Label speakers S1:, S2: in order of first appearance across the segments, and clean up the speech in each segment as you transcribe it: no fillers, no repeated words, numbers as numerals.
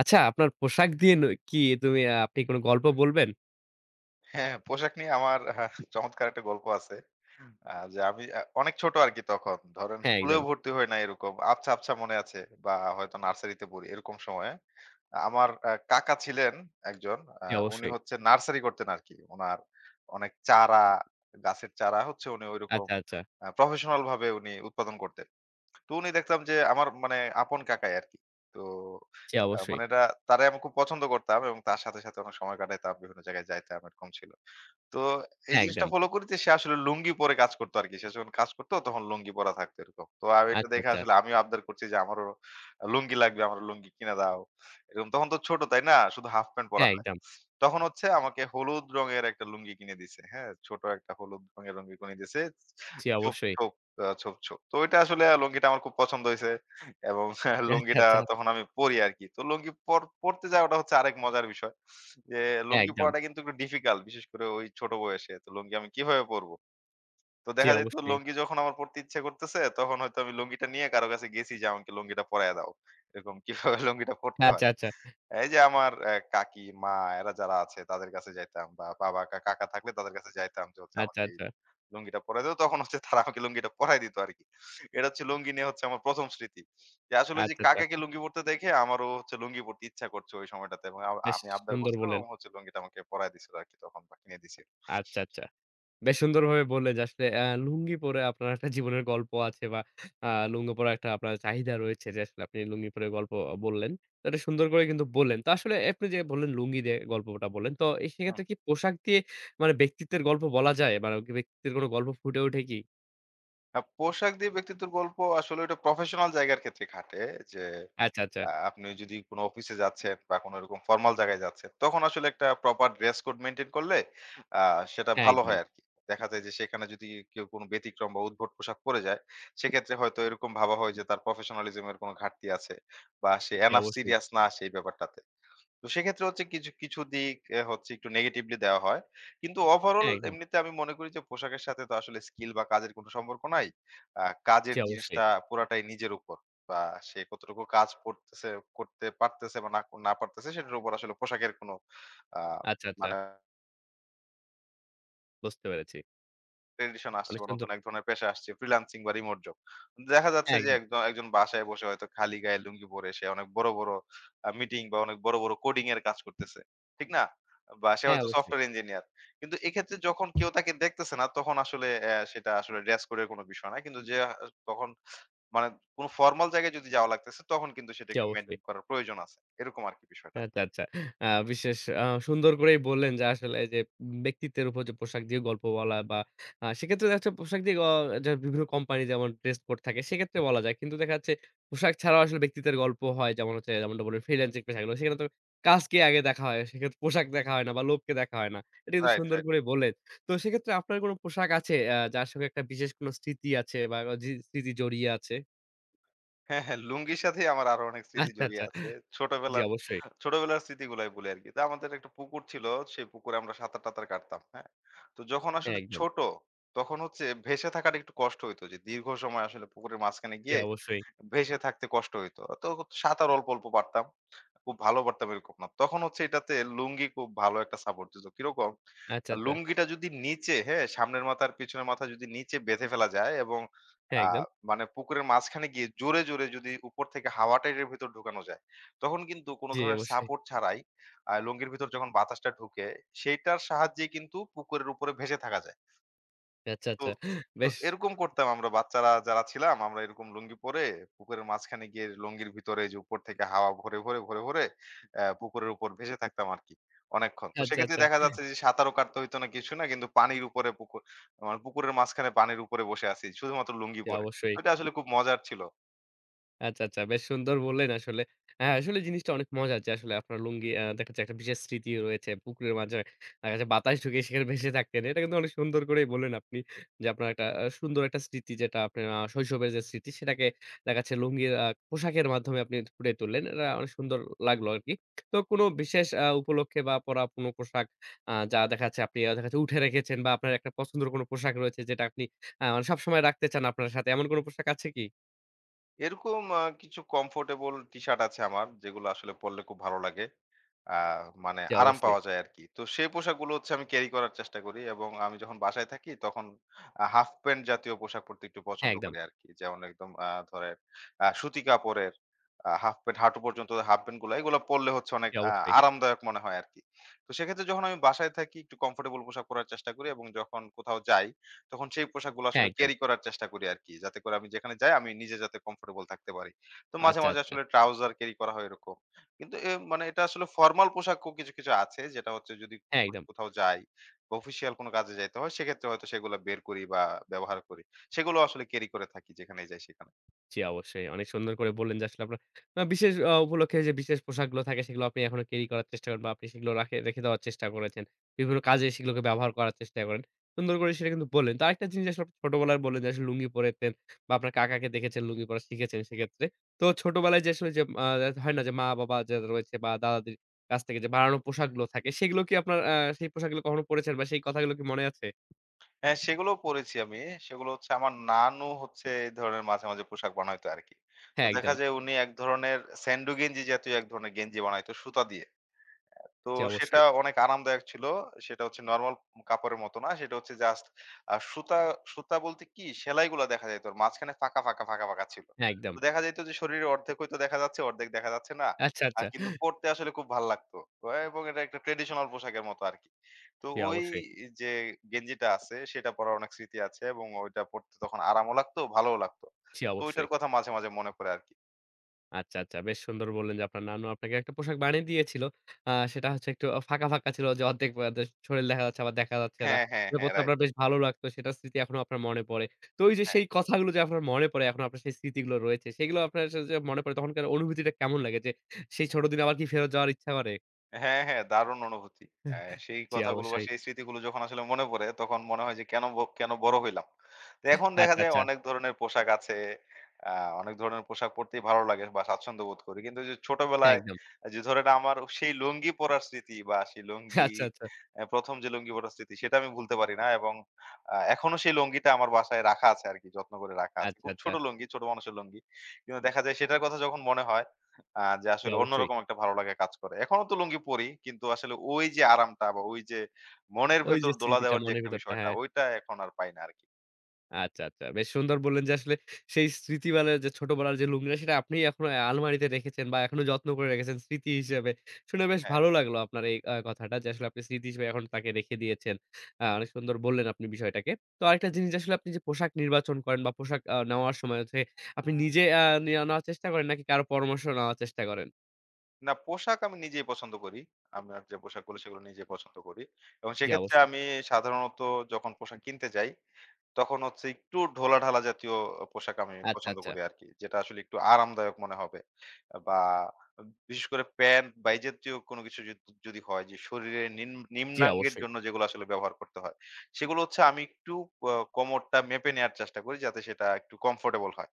S1: আচ্ছা, আপনার পোশাক দিয়ে ন কি তুমি আপনি কোন গল্প বলবেন?
S2: হ্যাঁ, পোশাক নিয়ে আমার চমৎকার একটা গল্প আছে। যে আমি অনেক ছোট আরকি তখন। ধরেন
S1: হ্যাঁ,
S2: স্কুলেও
S1: একদম।
S2: ভর্তি হই নাই এরকম। আবছা, আবছা মনে আছে বা হয়তো নার্সারিতে পড়ি এরকম সময়ে। আমার কাকা ছিলেন একজন। আ
S1: জি,
S2: উনি
S1: অবশ্যই।
S2: হচ্ছে নার্সারি করতেন আরকি। উনার অনেক চারা, গাছের চারা হচ্ছে উনি ঐরকম
S1: আচ্ছা, আচ্ছা।
S2: প্রফেশনাল ভাবে উনি উৎপাদন করতেন। তো উনি দেখতাম যে আমার মানে আপন কাকাই আরকি। তো
S1: জি, অবশ্যই।
S2: মানে এটা তারে আমি খুব পছন্দ করতাম এবং তার সাথে, সাথে অনেক সময় কাটাইতাম। বিভিন্ন জায়গায় যাইতাম এরকম ছিল। তো এই
S1: হ্যাঁ,
S2: জিনিসটা
S1: একদম।
S2: ফলো করি যে সে আসলে লুঙ্গি পরে কাজ করতো আরকি। সে যখন কাজ করতো তখন লুঙ্গি পরা থাকতো এরকম। তো আমি এটা
S1: আচ্ছা,
S2: দেখে
S1: আচ্ছা।
S2: আসলে আমিও আবদার করছি যে আমারও লুঙ্গি লাগবে, আমারও লুঙ্গি কিনে দাও। এরকম তখন তো ছোট তাই না? শুধু হাফ প্যান্ট পরা
S1: হ্যাঁ,
S2: হয়।
S1: একদম।
S2: তখন হচ্ছে আমাকে হলুদ রঙের একটা লুঙ্গি কিনে দিছে। হ্যাঁ? ছোট একটা হলুদ রঙের লুঙ্গি কিনে দিছে।
S1: জি,
S2: ছোপ,
S1: অবশ্যই।
S2: ছোপ ছোপ, ছোপ। তো ওইটা আসলে লুঙ্গিটা আমার খুব পছন্দ হইছে এবং
S1: আচ্ছা,
S2: লুঙ্গিটা
S1: আচ্ছা।
S2: তখন আমি পড়ি আরকি। তো লুঙ্গি পড়তে যাওয়াটা হচ্ছে আরেক মজার বিষয়। যে
S1: হ্যাঁ,
S2: লুঙ্গি
S1: একদম।
S2: পড়াটা কিন্তু একটু ডিফিকাল্ট বিশেষ করে ওই ছোট বয়সে। তো লুঙ্গি আমি কিভাবে পড়বো? তো
S1: জি,
S2: দেখা যেত
S1: অবশ্যই।
S2: লুঙ্গি যখন আমার পড়তে ইচ্ছে করতেছে তখন হয়তো আমি লুঙ্গিটা নিয়ে কারো কাছে গেছি যে, "আমাকে লুঙ্গিটা পরাইয়া দাও।" এরকম কিভাবে লুঙ্গিটা পড়তে
S1: আচ্ছা,
S2: হয়।
S1: আচ্ছা।
S2: এই যে আমার কাকি, মা এরা যারা আছে তাদের কাছে যাইতাম বা বাবা কাকা থাকলে তাদের কাছে যাইতাম যে হচ্ছে
S1: আচ্ছা,
S2: আমাকে এই
S1: আচ্ছা।
S2: লুঙ্গিটা পরায় দাও। তখন হচ্ছে তারা আমাকে লুঙ্গিটা পরায় দিত আরকি। এটা হচ্ছে লুঙ্গি নিয়ে হচ্ছে আমার ১ম স্মৃতি। যে আসলে ওই যে
S1: আচ্ছা, আচ্ছা।
S2: কাকাকে লুঙ্গি পড়তে দেখে আমারও হচ্ছে লুঙ্গি পড়তে ইচ্ছা করছে ওই সময়টাতে এবং
S1: বেশ
S2: আমি আবদার
S1: সুন্দর
S2: করছিলাম
S1: বললেন।
S2: এবং হচ্ছে লুঙ্গিটা আমাকে পরায় দিছিল আরকি তখন বা কিনে দিছিল।
S1: আচ্ছা, আচ্ছা। বেশ সুন্দরভাবে বললেন যে আসলে লুঙ্গি পরে আপনার একটা জীবনের গল্প আছে বা আ লুঙ্গি পরা একটা আপনার চাহিদা রয়েছে যে আসলে আপনি লুঙ্গি পরে গল্প বললেন। তো এটা সুন্দর করে কিন্তু বললেন। তো আসলে আপনি যে বললেন লুঙ্গি দিয়ে গল্পটা বললেন। তো এই
S2: হুম।
S1: সেক্ষেত্রে কি পোশাক দিয়ে মানে ব্যক্তিত্বের গল্প বলা যায়? মানে কি ব্যক্তিত্বের কোনো গল্প ফুটে ওঠে কি?
S2: হ্যাঁ, পোশাক দিয়ে ব্যক্তিত্বের গল্প আসলে ওটা প্রফেশনাল জায়গার ক্ষেত্রে খাটে যে
S1: আচ্ছা, আচ্ছা।
S2: আপনি যদি কোনো অফিসে যাচ্ছেন বা কোনো এরকম ফর্মাল জায়গায় যাচ্ছেন, তখন আসলে একটা প্রপার ড্রেস কোড মেইনটেইন করলে আ সেটা
S1: হ্যাঁ,
S2: ভালো
S1: একদম।
S2: হয় আরকি। দেখা যায় যে সেখানে যদি কেউ কোনো ব্যতিক্রম বা উদ্ভট পোশাক পরে যায়, সেক্ষেত্রে হয়তো এরকম ভাবা হয় যে তার প্রফেশনালিজম এর কোনো ঘাটতি আছে বা সে
S1: জি,
S2: এনাফ
S1: অবশ্যই।
S2: সিরিয়াস না সেই ব্যাপারটাতে। তো সেক্ষেত্রে হচ্ছে কিছু, কিছু দিক এ হচ্ছে একটু নেগেটিভলি দেওয়া হয়। কিন্তু ওভারঅল
S1: হ্যাঁ, একদম।
S2: এমনিতে আমি মনে করি যে পোশাকের সাথে তো আসলে স্কিল বা কাজের কোনো সম্পর্ক নাই। আ
S1: জি,
S2: কাজের
S1: অবশ্যই।
S2: জিনিসটা পুরাটাই নিজের উপর। বা সে কতটুকু কাজ করতেছে করতে পারতেছে বা না না পারতেছে সেটার উপর আসলে পোশাকের কোনো আ
S1: আচ্ছা, আচ্ছা।
S2: মানে
S1: বুঝতে পেরেছি।
S2: ট্র্যাডিশন আসছে
S1: অনেক
S2: বা
S1: সুন্দর।
S2: নতুন এক ধরনের পেশা আসছে ফ্রিল্যান্সিং বা রিমোট জব। দেখা যাচ্ছে
S1: হ্যাঁ,
S2: যে
S1: একদম।
S2: একজন একজন বাসায় বসে হয়তো খালি গায়ে লুঙ্গি পরে সে অনেক বড়, বড় মিটিং বা অনেক বড়, বড় কোডিং এর কাজ করতেছে। ঠিক না? বা সে
S1: হ্যাঁ,
S2: হয়তো
S1: অবশ্যই।
S2: Software engineer. কিন্তু এক্ষেত্রে যখন কেউ তাকে দেখতেছে না তখন আসলে সেটা আসলে ড্রেস কোডের কোনো বিষয় না। কিন্তু যে আ তখন মানে কোন ফরমাল জায়গায় যদি যাওয়া লাগতেছে তখন কিন্তু সেটা
S1: জি,
S2: একটু
S1: অবশ্যই।
S2: মেইনটেইন করার প্রয়োজন আছে। এরকম আরকি বিষয়টা।
S1: আচ্ছা, আচ্ছা। বিশেষ সুন্দর করেই বললেন যে আসলে যে ব্যক্তিত্বের উপর যে পোশাক দিয়ে গল্প বলা বা সেক্ষেত্রে দেখা যাচ্ছে পোশাক দিয়ে যে বিভিন্ন কোম্পানি যেমন ড্রেস কোড থাকে সেক্ষেত্রে বলা যায়। কিন্তু দেখা যাচ্ছে পোশাক ছাড়াও আসলে ব্যক্তিত্বের গল্প হয়। যেমন হচ্ছে যেমনটা বললেন ফ্রিল্যান্সিং পেশাগুলো সেখানে তো কাজকে আগে দেখা হয়। সেক্ষেত্রে পোশাক দেখা হয় না বা লোককে দেখা হয় না। এটা কিন্তু
S2: রাইট,
S1: সুন্দর
S2: রাইট।
S1: করে বললেন। তো সেক্ষেত্রে আপনার কোনো পোশাক আছে যার সঙ্গে একটা বিশেষ কোনো স্মৃতি আছে বা জি স্মৃতি জড়িয়ে আছে?
S2: হ্যাঁ, হ্যাঁ, লুঙ্গির সাথেই আমার আরো অনেক স্মৃতি
S1: আচ্ছা, আচ্ছা।
S2: জড়িয়ে আছে।
S1: জি
S2: ছোটবেলার
S1: অবশ্যই।
S2: ছোটবেলার স্মৃতিগুলাই বলি আরকি। তো আমাদের একটা পুকুর ছিল, সেই পুকুরে আমরা সাঁতার-টাতার কাটতাম, হ্যাঁ? তো যখন
S1: হ্যাঁ,
S2: আসলে
S1: একদম।
S2: ছোট, তখন হচ্ছে ভেসে থাকাটা একটু কষ্ট হইতো যে দীর্ঘ সময় আসলে পুকুরের মাঝখানে
S1: জি
S2: গিয়ে
S1: অবশ্যই।
S2: ভেসে থাকতে কষ্ট হইতো। তো সাঁতার অল্প, অল্প পারতাম। খুব ভালো পারতাম এরকম না। তখন হচ্ছে এটাতে লুঙ্গি খুব ভালো একটা সাপোর্ট দিত। কিরকম?
S1: আচ্ছা, আচ্ছা।
S2: লুঙ্গিটা যদি নিচে, হ্যাঁ? সামনের মাথা আর পিছনের মাথা যদি নিচে বেঁধে ফেলা যায় এবং
S1: হ্যাঁ,
S2: আ
S1: একদম।
S2: মানে পুকুরের মাঝখানে গিয়ে জোরে, জোরে যদি উপর থেকে হাওয়াটা এটার ভেতর ঢুকানো যায়, তখন কিন্তু কোন
S1: জি,
S2: ধরনের
S1: অবশ্যই।
S2: সাপোর্ট ছাড়াই লুঙ্গির ভিতর যখন বাতাসটা ঢুকে, সেইটার সাহায্যে কিন্তু পুকুরের উপরে ভেসে থাকা যায়।
S1: আচ্ছা,
S2: তো
S1: আচ্ছা।
S2: তো
S1: বেশ
S2: এরকম করতাম আমরা বাচ্চারা যারা ছিলাম আমরা এরকম লুঙ্গি পরে পুকুরের মাঝখানে গিয়ে লুঙ্গির ভিতরে যে উপর থেকে হাওয়া ভরে ভরে ভরে ভরে পুকুরের উপর ভেসে থাকতাম আর কি অনেকক্ষণ। তো
S1: আচ্ছা, আচ্ছা।
S2: সেক্ষেত্রে দেখা যাচ্ছে যে সাঁতারও কাটতে হইতো না কিছু না কিন্তু পানির উপরে মানে পুকুরের মাঝখানে পানির উপরে বসে আছি শুধুমাত্র লুঙ্গি
S1: জি,
S2: পরে।
S1: অবশ্যই।
S2: এটা আসলে খুব মজার ছিল।
S1: আচ্ছা, আচ্ছা। বেশ সুন্দর বললেন আসলে। হ্যাঁ, আসলে জিনিসটা অনেক মজার যে আসলে আপনার লুঙ্গি দেখা যাচ্ছে একটা বিশেষ স্মৃতি রয়েছে। পুকুরের মাঝে দেখা যাচ্ছে বাতাস ঢুকে সেখানে ভেসে থাকতেন। এটা কিন্তু অনেক সুন্দর করেই বললেন আপনি যে আপনার একটা সুন্দর একটা স্মৃতি যেটা আপনার শৈশবের যে স্মৃতি সেটাকে দেখা যাচ্ছে লুঙ্গির পোশাকের মাধ্যমে আপনি ফুটিয়ে তুললেন। এটা অনেক সুন্দর লাগলো আরকি। তো কোনো বিশেষ উপলক্ষে বা পরা কোনো পোশাক যা দেখা যাচ্ছে আপনি দেখা যাচ্ছে উঠে রেখেছেন বা আপনার একটা পছন্দের কোনো পোশাক রয়েছে যেটা আপনি মানে সবসময় রাখতে চান আপনার সাথে। এমন কোনো পোশাক আছে কি?
S2: এরকম কিছু কমফোর্টেবল টি শার্ট আছে আমার যেগুলো আসলে পরলে খুব ভালো লাগে। আ মানে
S1: জি,
S2: আরাম
S1: অবশ্যই।
S2: পাওয়া যায় আরকি। তো সেই পোশাকগুলো হচ্ছে আমি ক্যারি করার চেষ্টা করি এবং আমি যখন বাসায় থাকি তখন হাফ প্যান্ট জাতীয় পোশাক পরতে একটু
S1: হ্যাঁ,
S2: পছন্দ
S1: একদম।
S2: করি আরকি। যেমন একদম ধরেন সুতি কাপড়ের হাফ প্যান্ট হাঁটু পর্যন্ত হাফ প্যান্টগুলা এগুলা পরলে হচ্ছে অনেক
S1: জি, অবশ্যই।
S2: আরামদায়ক মনে হয় আরকি। তো সেক্ষেত্রে যখন আমি বাসায় থাকি একটু কমফোর্টেবল পোশাক পরার চেষ্টা করি এবং যখন কোথাও যাই তখন সেই পোশাকগুলো
S1: হ্যাঁ,
S2: আসলে
S1: একদম।
S2: ক্যারি করার চেষ্টা করি আরকি। যাতে করে আমি যেখানে যাই আমি নিজে যাতে কমফোর্টেবল থাকতে পারি। তো মাঝে,
S1: আচ্ছা,
S2: মাঝে
S1: আচ্ছা।
S2: আসলে ট্রাউজার ক্যারি করা হয় এরকম। কিন্তু মানে এটা আসলে ফরমাল পোশাকও কিছু, কিছু আছে যেটা হচ্ছে যদি
S1: হ্যাঁ,
S2: কখনো
S1: একদম।
S2: কোথাও যাই বা অফিসিয়াল কোনো কাজে যাইতে হয় সেক্ষেত্রে হয়তো সেগুলা বের করি বা ব্যবহার করি। সেগুলো আসলে ক্যারি করে থাকি যেখানেই যাই সেখানে।
S1: জি, অবশ্যই। অনেক সুন্দর করে বললেন যে আসলে আপনার বিশেষ উপলক্ষে যে বিশেষ পোশাকগুলো থাকে সেগুলো আপনি এখনো ক্যারি করার চেষ্টা করেন বা আপনি সেগুলো রাখে রেখে দেওয়ার চেষ্টা করেছেন। বিভিন্ন কাজে সেগুলোকে ব্যবহার করার চেষ্টা করেন। সুন্দর করে সেটা কিন্তু বললেন। তো আরেকটা জিনিস আসলে আপনি ছোটবেলায় বললেন যে আসলে লুঙ্গি পড়তেন বা আপনার কাকাকে দেখেছেন লুঙ্গি পরা শিখেছেন সেক্ষেত্রে। তো ছোটবেলায় যে আসলে যে হয় না যে মা-বাবা যে রয়েছে বা দাদা-দাদির কাছ থেকে যে বানানো পোশাকগুলো থাকে সেগুলো কি আপনার সেই পোশাকগুলো কখনো পড়েছেন বা সেই কথাগুলো কি মনে আছে?
S2: হ্যাঁ, সেগুলোও পড়েছি আমি। সেগুলো হচ্ছে আমার নানু হচ্ছে এই ধরনের মাঝে, মাঝে পোশাক বানাইতো আরকি। তো
S1: হ্যাঁ,
S2: দেখা
S1: একদম।
S2: যায় উনি এক ধরনের স্যান্ডো গেঞ্জি জাতীয় এক ধরনের গেঞ্জি বানাইতো সুতা দিয়ে। তো
S1: জি,
S2: সেটা
S1: অবশ্যই।
S2: অনেক আরামদায়ক ছিল। সেটা হচ্ছে নরমাল কাপড়ের মতো না। সেটা হচ্ছে জাস্ট আ সুতা, সুতা বলতে কি সেলাইগুলা দেখা যাইত। ওর মাঝখানে ফাঁকা, ফাঁকা, ফাঁকা, ফাঁকা ছিল।
S1: হ্যাঁ, একদম।
S2: তো দেখা যাইত যে শরীরের অর্ধেক হয়তো দেখা যাচ্ছে, অর্ধেক দেখা যাচ্ছে না।
S1: আচ্ছা, আচ্ছা।
S2: কিন্তু পড়তে আসলে খুব ভাল লাগতো। এবং এটা একটা ট্র্যাডিশনাল পোশাকের মতো আরকি। তো
S1: জি,
S2: ওই
S1: অবশ্যই,
S2: যে গেঞ্জিটা আছে সেটা পরার অনেক স্মৃতি আছে এবং ওইটা পড়তে তখন আরামও লাগতো, ভালোও লাগতো।
S1: জি,
S2: তো
S1: অবশ্যই।
S2: ওইটার কথা মাঝে, মাঝে মনে পড়ে আরকি।
S1: আচ্ছা, আচ্ছা। বেশ সুন্দর বললেন যে আপনার নানু আপনাকে একটা পোশাক বানিয়ে দিয়েছিল। সেটা হচ্ছে একটু ফাঁকা, ফাঁকা ছিল যে অর্ধেক দে শরীর দেখা যাচ্ছে আবার দেখা যাচ্ছে না।
S2: হ্যাঁ, হ্যাঁ,
S1: এটা
S2: হ্যাঁ,
S1: পড়তে
S2: রাইট।
S1: আপনার বেশ ভালো লাগতো। সেটার স্মৃতি এখনো আপনার মনে পড়ে। তো ওই যে
S2: হ্যাঁ।
S1: সেই কথাগুলো যে আপনার মনে পড়ে, এখন আপনার সেই স্মৃতিগুলো রয়েছে। সেগুলো আপনার সে যে মনে পড়ে তখনকার অনুভূতিটা কেমন লাগে? যে সেই ছোট দিনে আবার কি ফেরত যাওয়ার ইচ্ছা করে?
S2: হ্যাঁ, হ্যাঁ, দারুণ অনুভূতি। হ্যাঁ, সেই
S1: জি,
S2: কথাগুলো বা
S1: অবশ্যই।
S2: সেই স্মৃতিগুলো যখন আসলে মনে পড়ে তখন মনে হয় যে কেন বড় হইলাম? তো এখন দেখা
S1: আচ্ছা,
S2: যায়
S1: আচ্ছা।
S2: অনেক ধরনের পোশাক আছে। আ অনেক ধরনের পোশাক পরতেই ভালো লাগে বা স্বাচ্ছন্দ্য বোধ করি। কিন্তু ওই যে
S1: হ্যাঁ,
S2: ছোটবেলায়
S1: একদম।
S2: যে ধরেন আমার সেই লুঙ্গি পরার স্মৃতি বা সেই লুঙ্গি
S1: আচ্ছা, আচ্ছা।
S2: আ ১ম যে লুঙ্গি পরার স্মৃতি সেটা আমি ভুলতে পারি না এবং এখনো সেই লুঙ্গিটা আমার বাসায় রাখা আছে আরকি। যত্ন করে রাখা আছে।
S1: আচ্ছা,
S2: খুব
S1: আচ্ছা।
S2: ছোট লুঙ্গি, ছোট মানুষের লুঙ্গি। কিন্তু দেখা যায় সেটার কথা যখন মনে হয় যে
S1: জি,
S2: আসলে
S1: অবশ্যই।
S2: অন্যরকম একটা ভালো লাগা কাজ করে। এখনো তো লুঙ্গি পড়ি কিন্তু আসলে ওই যে আরামটা বা ওই যে মনের
S1: ওই
S2: ভেতর
S1: যে
S2: দোলা
S1: স্মৃতিটা
S2: দেওয়ার যে
S1: মনের
S2: একটা
S1: ভিতরটা
S2: বিষয়টা
S1: হ্যাঁ।
S2: ওইটা এখন আর পাই না আরকি।
S1: আচ্ছা, আচ্ছা। বেশ সুন্দর বললেন যে আসলে সেই স্মৃতিবেলার যে ছোটবেলার যে লুঙ্গিটা সেটা আপনি এখনো আলমারিতে রেখেছেন বা এখনো যত্ন করে রেখেছেন স্মৃতি হিসেবে। শুনে বেশ
S2: হ্যাঁ।
S1: ভালো লাগলো আপনার এই কথাটা যে আসলে আপনি স্মৃতি হিসেবে এখন তাকে রেখে দিয়েছেন। অনেক সুন্দর বললেন আপনি বিষয়টাকে। তো আরেকটা জিনিস আসলে আপনি যে পোশাক নির্বাচন করেন বা পোশাক নেওয়ার সময় হচ্ছে আপনি নিজে নিয়া নেওয়ার চেষ্টা করেন নাকি কারো পরামর্শ নেওয়ার চেষ্টা করেন?
S2: না, পোশাক আমি নিজেই পছন্দ করি। আমার যে পোশাকগুলো সেগুলো নিজেই পছন্দ করি। এবং
S1: জি,
S2: সেক্ষেত্রে
S1: অবশ্যই।
S2: আমি সাধারণত যখন পোশাক কিনতে যাই তখন হচ্ছে একটু ঢোলাঢালা জাতীয় পোশাক আমি
S1: আচ্ছা,
S2: পছন্দ
S1: আচ্ছা।
S2: করি আরকি। যেটা আসলে একটু আরামদায়ক মনে হবে। বা বিশেষ করে প্যান্ট বা এই জাতীয় কোনো কিছু যদি হয় যে শরীরের
S1: জি,
S2: নিম্নাঙ্গের
S1: অবশ্যই।
S2: জন্য যেগুলো আসলে ব্যবহার করতে হয়। সেগুলো হচ্ছে আমি একটু ক কোমরটা মেপে নেয়ার চেষ্টা করি যাতে সেটা একটু কমফোর্টেবল হয়।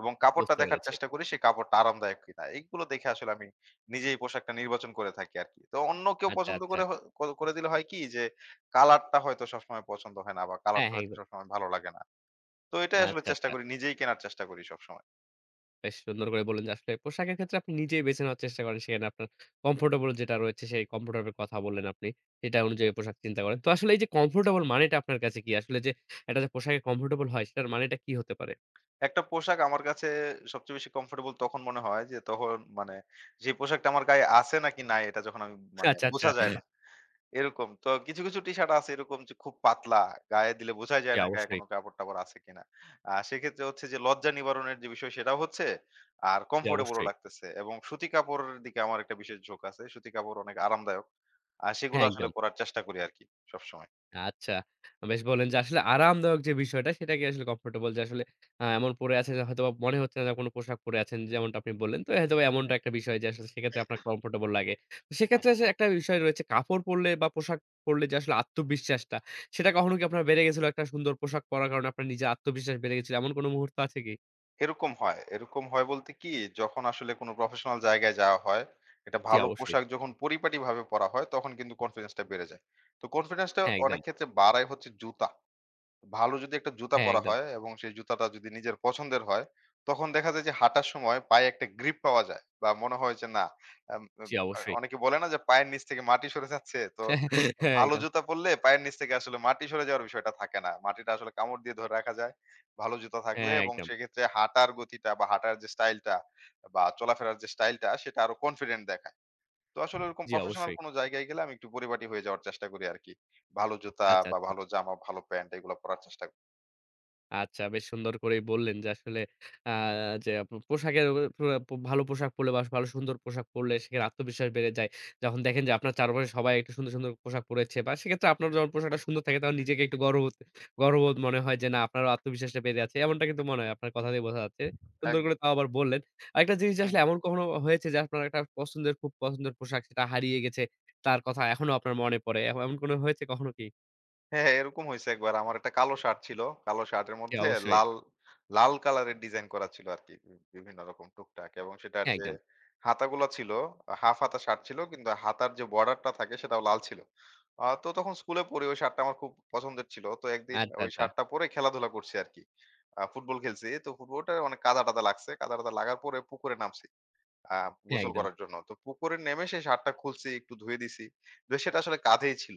S2: এবং কাপড়টা
S1: বুঝতে
S2: দেখার
S1: পেরেছি।
S2: চেষ্টা করি সেই কাপড়টা আরামদায়ক কিনা। এগুলো দেখে আসলে আমি নিজেই পোশাকটা নির্বাচন করে থাকি আরকি। তো অন্য কেউ
S1: আচ্ছা,
S2: পছন্দ
S1: আচ্ছা।
S2: করে হ করে দিলে হয় কি যে কালারটা হয়তো সবসময় পছন্দ হয় না বা
S1: হ্যাঁ,
S2: কালারটা
S1: হ্যাঁ,
S2: হয়তো
S1: একদম।
S2: সবসময় ভালো লাগে না। তো এটাই আসলে
S1: আচ্ছা,
S2: চেষ্টা
S1: আচ্ছা।
S2: করি নিজেই কেনার চেষ্টা করি সবসময়।
S1: বেশ সুন্দর করে বললেন যে আসলে পোশাকের ক্ষেত্রে আপনি নিজেই বেছে নেওয়ার চেষ্টা করেন। সেখানে আপনার কমফোর্টেবল যেটা রয়েছে সেই কমফোর্টেবল কথা বললেন আপনি। সেটা অনুযায়ী পোশাক চিন্তা করেন। তো আসলে এই যে কমফোর্টেবল মানেটা আপনার কাছে কি? আসলে যে একটা যে পোশাকে কমফোর্টেবল হয় সেটার মানেটা কি হতে পারে?
S2: একটা পোশাক আমার কাছে সবচেয়ে বেশি কমফোর্টেবল তখন মনে হয় যে তখন মানে যে পোশাকটা আমার গায়ে আছে নাকি নাই এটা যখন আমি মানে
S1: আচ্ছা, আচ্ছা।
S2: বোঝা যায় না। এরকম। তো কিছু, কিছু টি-শার্ট আছে এরকম যে খুব পাতলা। গায়ে দিলে বোঝাই
S1: জি,
S2: যায় না গায়ে
S1: অবশ্যই,
S2: কোনো কাপড়-টাপড় আছে কিনা। সেক্ষেত্রে হচ্ছে যে লজ্জা নিবারণের যে বিষয় সেটাও হচ্ছে, আর
S1: জি,
S2: কমফোর্টেবল ও
S1: অবশ্যই।
S2: লাগতেছে। এবং সুতি কাপড়ের দিকে আমার একটা বিশেষ ঝোঁক আছে। সুতি কাপড় অনেক আরামদায়ক। আর সেগুলো
S1: হ্যাঁ,
S2: আসলে
S1: একদম।
S2: পরার চেষ্টা করি আরকি সবসময়।
S1: আচ্ছা। বেশ বললেন যে আসলে আরামদায়ক যে বিষয়টা সেটাকে আসলে কমফোর্টেবল যে আসলে এমন পড়ে আছেন যে হয়তোবা মনে হচ্ছে না যে কোন পোশাক পরে আছেন যেমনটা আপনি বললেন। তো হয়তোবা এমনটা
S2: হুম।
S1: একটা বিষয় যে আসলে সেক্ষেত্রে আপনার কমফোর্টেবল লাগে। তো
S2: হুম,
S1: সেক্ষেত্রে আসলে একটা বিষয় রয়েছে কাপড় পরলে বা পোশাক পরলে যে আসলে আত্মবিশ্বাসটা সেটা কখনো কি আপনার বেড়ে গেছিল একটা সুন্দর পোশাক পরার কারণে আপনার নিজের আত্মবিশ্বাস বেড়ে গেছিল এমন কোন মুহূর্ত আছে কি?
S2: এরকম হয়। এরকম হয় বলতে কি যখন আসলে কোনো প্রফেশনাল জায়গায় যাওয়া হয়, একটা
S1: জি
S2: ভালো
S1: অবশ্যই।
S2: পোশাক যখন পরিপাটিভাবে পরা হয় তখন কিন্তু কনফিডেন্স টা বেড়ে যায়। তো কনফিডেন্স টা
S1: হ্যাঁ, একদম।
S2: অনেক ক্ষেত্রে বাড়ায় হচ্ছে জুতা। ভালো যদি একটা জুতা
S1: হ্যাঁ,
S2: পরা
S1: একদম।
S2: হয় এবং সেই জুতাটা যদি নিজের পছন্দের হয়, তখন দেখা যায় যে হাঁটার সময় পায়ে একটা গ্রিপ পাওয়া যায়। বা মনে হয় যে না আম
S1: জি
S2: আ
S1: অবশ্যই।
S2: অনেকে বলে না যে পায়ের নিচ থেকে মাটি সরে যাচ্ছে। তো
S1: হ্যাঁ,
S2: ভালো
S1: একদম।
S2: জুতা পরলে পায়ের নিচ থেকে আসলে মাটি সরে যাওয়ার বিষয়টা থাকে না। মাটিটা আসলে কামড় দিয়ে ধরে রাখা যায়। ভালো জুতা থাকলে
S1: হ্যাঁ,
S2: এবং
S1: একদম।
S2: সেক্ষেত্রে হাঁটার গতিটা বা হাঁটার যে স্টাইলটা বা চলাফেরার যে স্টাইলটা সেটা আরো কনফিডেন্ট দেখায়। তো আসলে ওরকম
S1: জি
S2: প্রফেশনাল
S1: অবশ্যই।
S2: কোনো জায়গায় গেলে আমি একটু পরিপাটি হয়ে যাওয়ার চেষ্টা করি আরকি। ভালো জুতা
S1: আচ্ছা,
S2: বা
S1: আচ্ছা।
S2: ভালো জামা, ভালো প্যান্ট এগুলা পরার চেষ্টা।
S1: আচ্ছা, বেশ সুন্দর করেই বললেন যে আসলে আ যে আপ পোশাকের উপর- পুরো ভালো পোশাক পরলে বা ভালো সুন্দর পোশাক পরলে সেখানে আত্মবিশ্বাস বেড়ে যায়। যখন দেখেন যে আপনার চারপাশে সবাই একটু সুন্দর, সুন্দর পোশাক পরেছে বা সেক্ষেত্রে আপনার যখন পোশাকটা সুন্দর থাকে তখন নিজেকে একটু গর্ববোধ গর্ববোধ মনে হয় যে না আপনারও আত্মবিশ্বাসটা বেড়ে আছে। এমনটা কিন্তু মনে হয় আপনার কথা দিয়ে বোঝা যাচ্ছে। সুন্দর করে
S2: একদম।
S1: তাও আবার বললেন। আরেকটা জিনিস
S2: হ্যাঁ,
S1: আসলে এমন কখনো হয়েছে যে আপনার একটা পছন্দের খুব পছন্দের পোশাক সেটা হারিয়ে গেছে। তার কথা এখনো আপনার মনে পড়ে। এমন এমন কোনো হয়েছে কখনো কি?
S2: হ্যাঁ, এরকম হইছে একবার। আমার একটা কালো শার্ট ছিল। কালো শার্টের
S1: জি,
S2: মধ্যে
S1: অবশ্যই।
S2: লাল, লাল কালারের ডিজাইন করা ছিল আরকি। বিভিন্ন রকম টুকটাক এবং সেটার
S1: হ্যাঁ,
S2: যে
S1: একদম।
S2: হাতাগুলা ছিল, হাফ হাতা শার্ট ছিল কিন্তু হাতার যে বর্ডারটা থাকে সেটাও লাল ছিল। তো তখন স্কুলে পড়ি ওই শার্টটা আমার খুব পছন্দের ছিল। তো একদিন
S1: আচ্ছা,
S2: ওই
S1: আচ্ছা।
S2: শার্টটা পরে খেলাধুলা করছি আরকি। ফুটবল খেলছি। তো ফুটবলটা অনেক কাদা-টাদা লাগছে। কাদা-টাদা লাগার পরে পুকুরে নামছি। আ
S1: হ্যাঁ,
S2: গোসল
S1: একদম।
S2: করার জন্য। তো পুকুরে নেমে সেই শার্টটা খুলছি, একটু ধুয়ে দিছি। ধুয়ে সেটা আসলে কাঁধেই ছিল।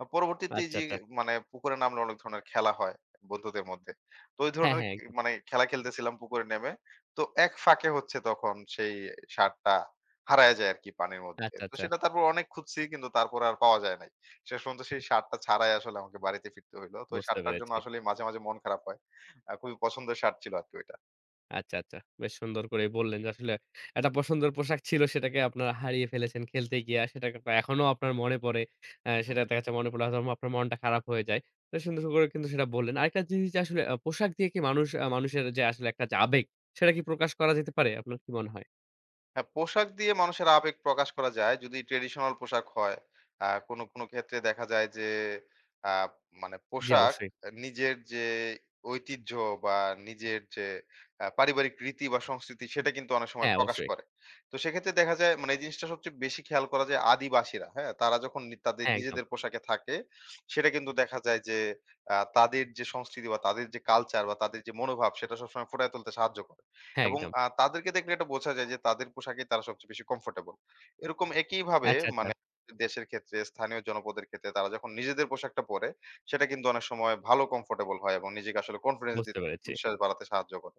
S2: আ পরবর্তীতে
S1: আচ্ছা,
S2: যে
S1: আচ্ছা।
S2: মানে পুকুরে নামলে অনেক ধরনের খেলা হয় বন্ধুদের মধ্যে। তো ওই
S1: হ্যাঁ,
S2: ধরনের
S1: হ্যাঁ, একদম।
S2: মানে খেলা খেলতেছিলাম পুকুরে নেমে। তো এক ফাঁকে হচ্ছে তখন সেই শার্টটা হারায় যায় আরকি পানির মধ্যে।
S1: আচ্ছা,
S2: তো
S1: আচ্ছা।
S2: সেটা তারপর অনেক খুঁজছি কিন্তু তারপরে আর পাওয়া যায় নাই। শেষ পর্যন্ত সেই শার্টটা ছাড়াই আসলে আমাকে বাড়িতে ফিরতে হইলো। তো ওই
S1: বুঝতে
S2: শার্টটার জন্য
S1: পেরেছি।
S2: আসলেই মাঝে, মাঝে মন খারাপ হয়। খুবই পছন্দের শার্ট ছিল আরকি ওইটা।
S1: আচ্ছা, আচ্ছা। বেশ সুন্দর করেই বললেন যে আসলে একটা পছন্দের পোশাক ছিল সেটাকে আপনারা হারিয়ে ফেলেছেন খেলতে গিয়ে। সেটা কিন্তু এখনো আপনার মনে পড়ে। সেটা দেখা যাচ্ছে মনে পড়লে হয়তো আপনার মনটা খারাপ হয়ে যায়। তো সুন্দর করে কিন্তু সেটা বললেন। আরেকটা জিনিস যে আসলে পোশাক দিয়ে কি মানুষ মানুষের যে আসলে একটা যে আবেগ সেটা কি প্রকাশ করা যেতে পারে? আপনার কি মনে হয়?
S2: হ্যাঁ, পোশাক দিয়ে মানুষের আবেগ প্রকাশ করা যায় যদি ট্রেডিশনাল পোশাক হয়। কোনো, কোনো ক্ষেত্রে দেখা যায় যে আ মানে
S1: জি,
S2: পোশাক
S1: অবশ্যই।
S2: নিজের যে ঐতিহ্য বা নিজের যে পারিবারিক রীতি বা সংস্কৃতি সেটা কিন্তু অনেক সময়
S1: হ্যাঁ,
S2: প্রকাশ
S1: অবশ্যই।
S2: করে। তো সেক্ষেত্রে দেখা যায় মানে এই জিনিসটা সবচেয়ে বেশি খেয়াল করা যায় আদিবাসীরা, হ্যাঁ? তারা যখন তাদের
S1: হ্যাঁ, একদম।
S2: নিজেদের পোশাকে থাকে সেটা কিন্তু দেখা যায় যে তাদের যে সংস্কৃতি বা তাদের যে কালচার বা তাদের যে মনোভাব সেটা সবসময় ফুটায় তুলতে সাহায্য করে।
S1: হ্যাঁ,
S2: এবং
S1: একদম।
S2: তাদেরকে দেখলে এটা বোঝা যায় যে তাদের পোশাকেই তারা সবচেয়ে বেশি কমফোর্টেবল। এরকম একইভাবে
S1: আচ্ছা, আচ্ছা।
S2: মানে দেশের ক্ষেত্রে স্থানীয় জনপদের ক্ষেত্রে তারা যখন নিজেদের পোশাকটা পরে সেটা কিন্তু অনেক সময় ভালো কমফোর্টেবল হয় এবং নিজেকে আসলে কনফিডেন্স
S1: বুঝতে
S2: দিতে,
S1: পেরেছি।
S2: বিশ্বাস বাড়াতে সাহায্য করে।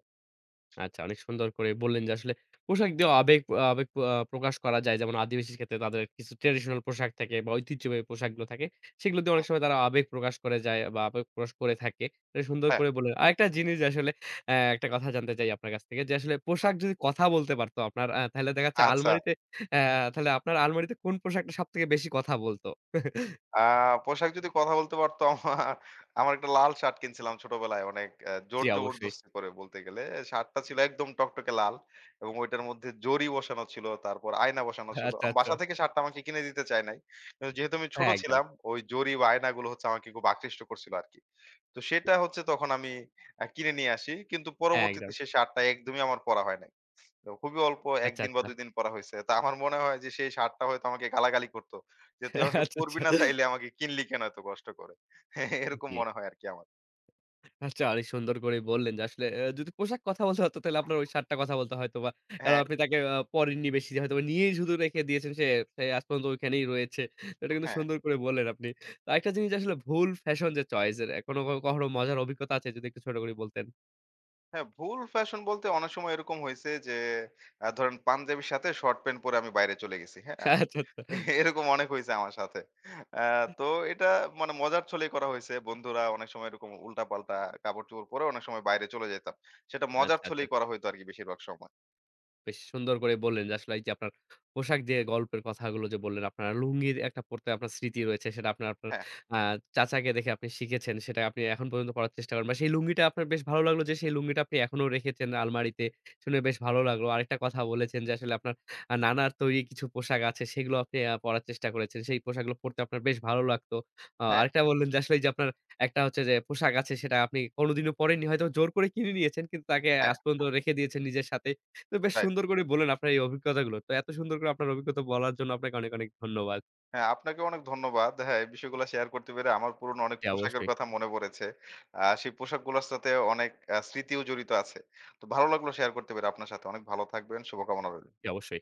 S1: আচ্ছা, অনেক সুন্দর করে বললেন যে আসলে পোশাক দিয়েও আবেগ আবেগ প্রকাশ করা যায়। যেমন আদিবাসীর ক্ষেত্রে তাদের কিছু ট্র্যাডিশনাল পোশাক থাকে বা ঐতিহ্যবাহী পোশাকগুলো থাকে। সেগুলো দিয়ে অনেক
S2: হুম,
S1: সময় তারা আবেগ প্রকাশ করে যায় বা আবেগ প্রকাশ করে থাকে। এটা সুন্দর
S2: হ্যাঁ,
S1: করে বললেন। আরেকটা জিনিস যে আসলে একটা কথা জানতে চাই আপনার কাছ থেকে যে আসলে
S2: হ্যাঁ।
S1: পোশাক যদি কথা বলতে পারতো আপনার তাহলে দেখা যাচ্ছে
S2: আচ্ছা,
S1: আলমারিতে অ্যা তাহলে আপনার আলমারিতে কোন পোশাকটা সবথেকে বেশি কথা বলতো?
S2: আ পোশাক যদি কথা বলতে পারতো আমার আমার একটা লাল শার্ট কিনছিলাম ছোটবেলায় অনেক
S1: জি,
S2: জোর
S1: অবশ্যই।
S2: জবরদস্তি করে বলতে গেলে। শার্টটা ছিল একদম টকটকে লাল এবং ওইটার মধ্যে জরি বসানো ছিল, তারপর আয়না বসানো ছিল।
S1: আচ্ছা, আচ্ছা।
S2: বাসা থেকে শার্টটা আমাকে কিনে দিতে চায় নাই। কিন্তু যেহেতু আমি ছোট
S1: হ্যাঁ, একদম।
S2: ছিলাম ওই জরি বা আয়নাগুলো হচ্ছে আমাকে খুব আকৃষ্ট করছিল আরকি। তো সেটা হচ্ছে তখন আমি কিনে নিয়ে আসি। কিন্তু
S1: হ্যাঁ,
S2: পরবর্তীতে
S1: একদম।
S2: সেই শার্টটা একদমই আমার পরা হয় নাই। তো খুবই অল্প ১
S1: আচ্ছা,
S2: দিন বা
S1: আচ্ছা।
S2: ২ দিন পড়া হইছে। তো আমার মনে হয় যে সেই স্যারটা হয়তো আমাকে গালাগালি করত। যে তুই আমাকে
S1: আচ্ছা,
S2: পড়বি
S1: আচ্ছা।
S2: না চাইলে আমাকে কিনলি কেন এত কষ্ট করে? হ্যাঁ, এরকম
S1: জি।
S2: মনে হয় আরকি আমার।
S1: আচ্ছা, অনেক সুন্দর করে বললেন যে আসলে যদি পোশাক কথা বলতে হতো তাহলে আপনার ওই শার্টটা কথা বলতে হয়তোবা। কারণ
S2: হ্যাঁ,
S1: আপনি তাকে পরেননি বেশি হয়তোবা নিয়েই শুধু রেখে দিয়েছেন সে, সে আজ পর্যন্ত ওইখানেই রয়েছে। তো এটা কিন্তু
S2: হ্যাঁ,
S1: সুন্দর করে বললেন আপনি। তো আরেকটা জিনিস আসলে ভুল ফ্যাশন যে চয়েস এর কোনো কখনো মজার অভিজ্ঞতা আছে যদি একটু ছোট করে বলতেন?
S2: হ্যাঁ, ভুল ফ্যাশন বলতে অনেক সময় এরকম হইছে যে ধরেন পাঞ্জাবির সাথে শর্ট প্যান্ট পরে আমি বাইরে চলে গেছি।
S1: আচ্ছা,
S2: হ্যাঁ?
S1: আচ্ছা।
S2: এরকম অনেক হইছে আমার সাথে। আ তো এটা মানে মজার ছলেই করা হইছে। বন্ধুরা অনেক সময় এরকম উল্টাপাল্টা কাপড়-চোপড় পরে অনেক সময় বাইরে চলে যাইতাম। সেটা মজার
S1: আচ্ছা, আচ্ছা।
S2: ছলেই করা হইতো আরকি বেশিরভাগ সময়।
S1: বেশ সুন্দর করে বললেন যে আসলে এই যে আপনার পোশাক যে গল্পের কথাগুলো যে বললেন আপনার লুঙ্গির একটা পড়তে আপনার স্মৃতি রয়েছে সেটা আপনার আপনার
S2: হ্যাঁ,
S1: আ চাচাকে দেখে আপনি শিখেছেন সেটা আপনি এখন পর্যন্ত পড়ার চেষ্টা করেন বা সেই লুঙ্গিটা আপনার বেশ ভালো লাগলো যে সেই লুঙ্গিটা আপনি এখনো রেখেছেন আলমারিতে। শুনে বেশ ভালো লাগলো। আরেকটা কথা বলেছেন যে আসলে আপনার নানার তৈরি কিছু পোশাক আছে সেগুলো আপনি পড়ার চেষ্টা করেছেন। সেই পোশাকগুলো পড়তে আপনার বেশ ভালো লাগতো।
S2: হ্যাঁ,
S1: আরেকটা বললেন যে আসলে এই যে আপনার একটা হচ্ছে যে পোশাক আছে সেটা আপনি কোনদিনও পড়েননি হয়তো জোর করে কিনে নিয়েছেন কিন্তু তাকে
S2: হ্যাঁ,
S1: আজ পর্যন্ত রেখে দিয়েছেন নিজের সাথে। তো বেশ
S2: রাইট।
S1: সুন্দর করে বললেন আপনার এই অভিজ্ঞতাগুলো। তো এত সুন্দর করে আপনার অভিজ্ঞতা বলার জন্য আপনাকে অনেক, অনেক ধন্যবাদ।
S2: হ্যাঁ, আপনাকে অনেক ধন্যবাদ। হ্যাঁ, এই বিষয়গুলো শেয়ার করতে পেরে আমার পুরনো অনেক
S1: জি,
S2: পোশাকের
S1: অবশ্যই,
S2: কথা মনে পড়েছে। সেই পোশাকগুলোর সাথে অনেক স্মৃতিও জড়িত আছে। তো ভালো লাগলো শেয়ার করতে পেরে আপনার সাথে। অনেক ভালো থাকবেন। শুভকামনা রইল।
S1: জি, অবশ্যই।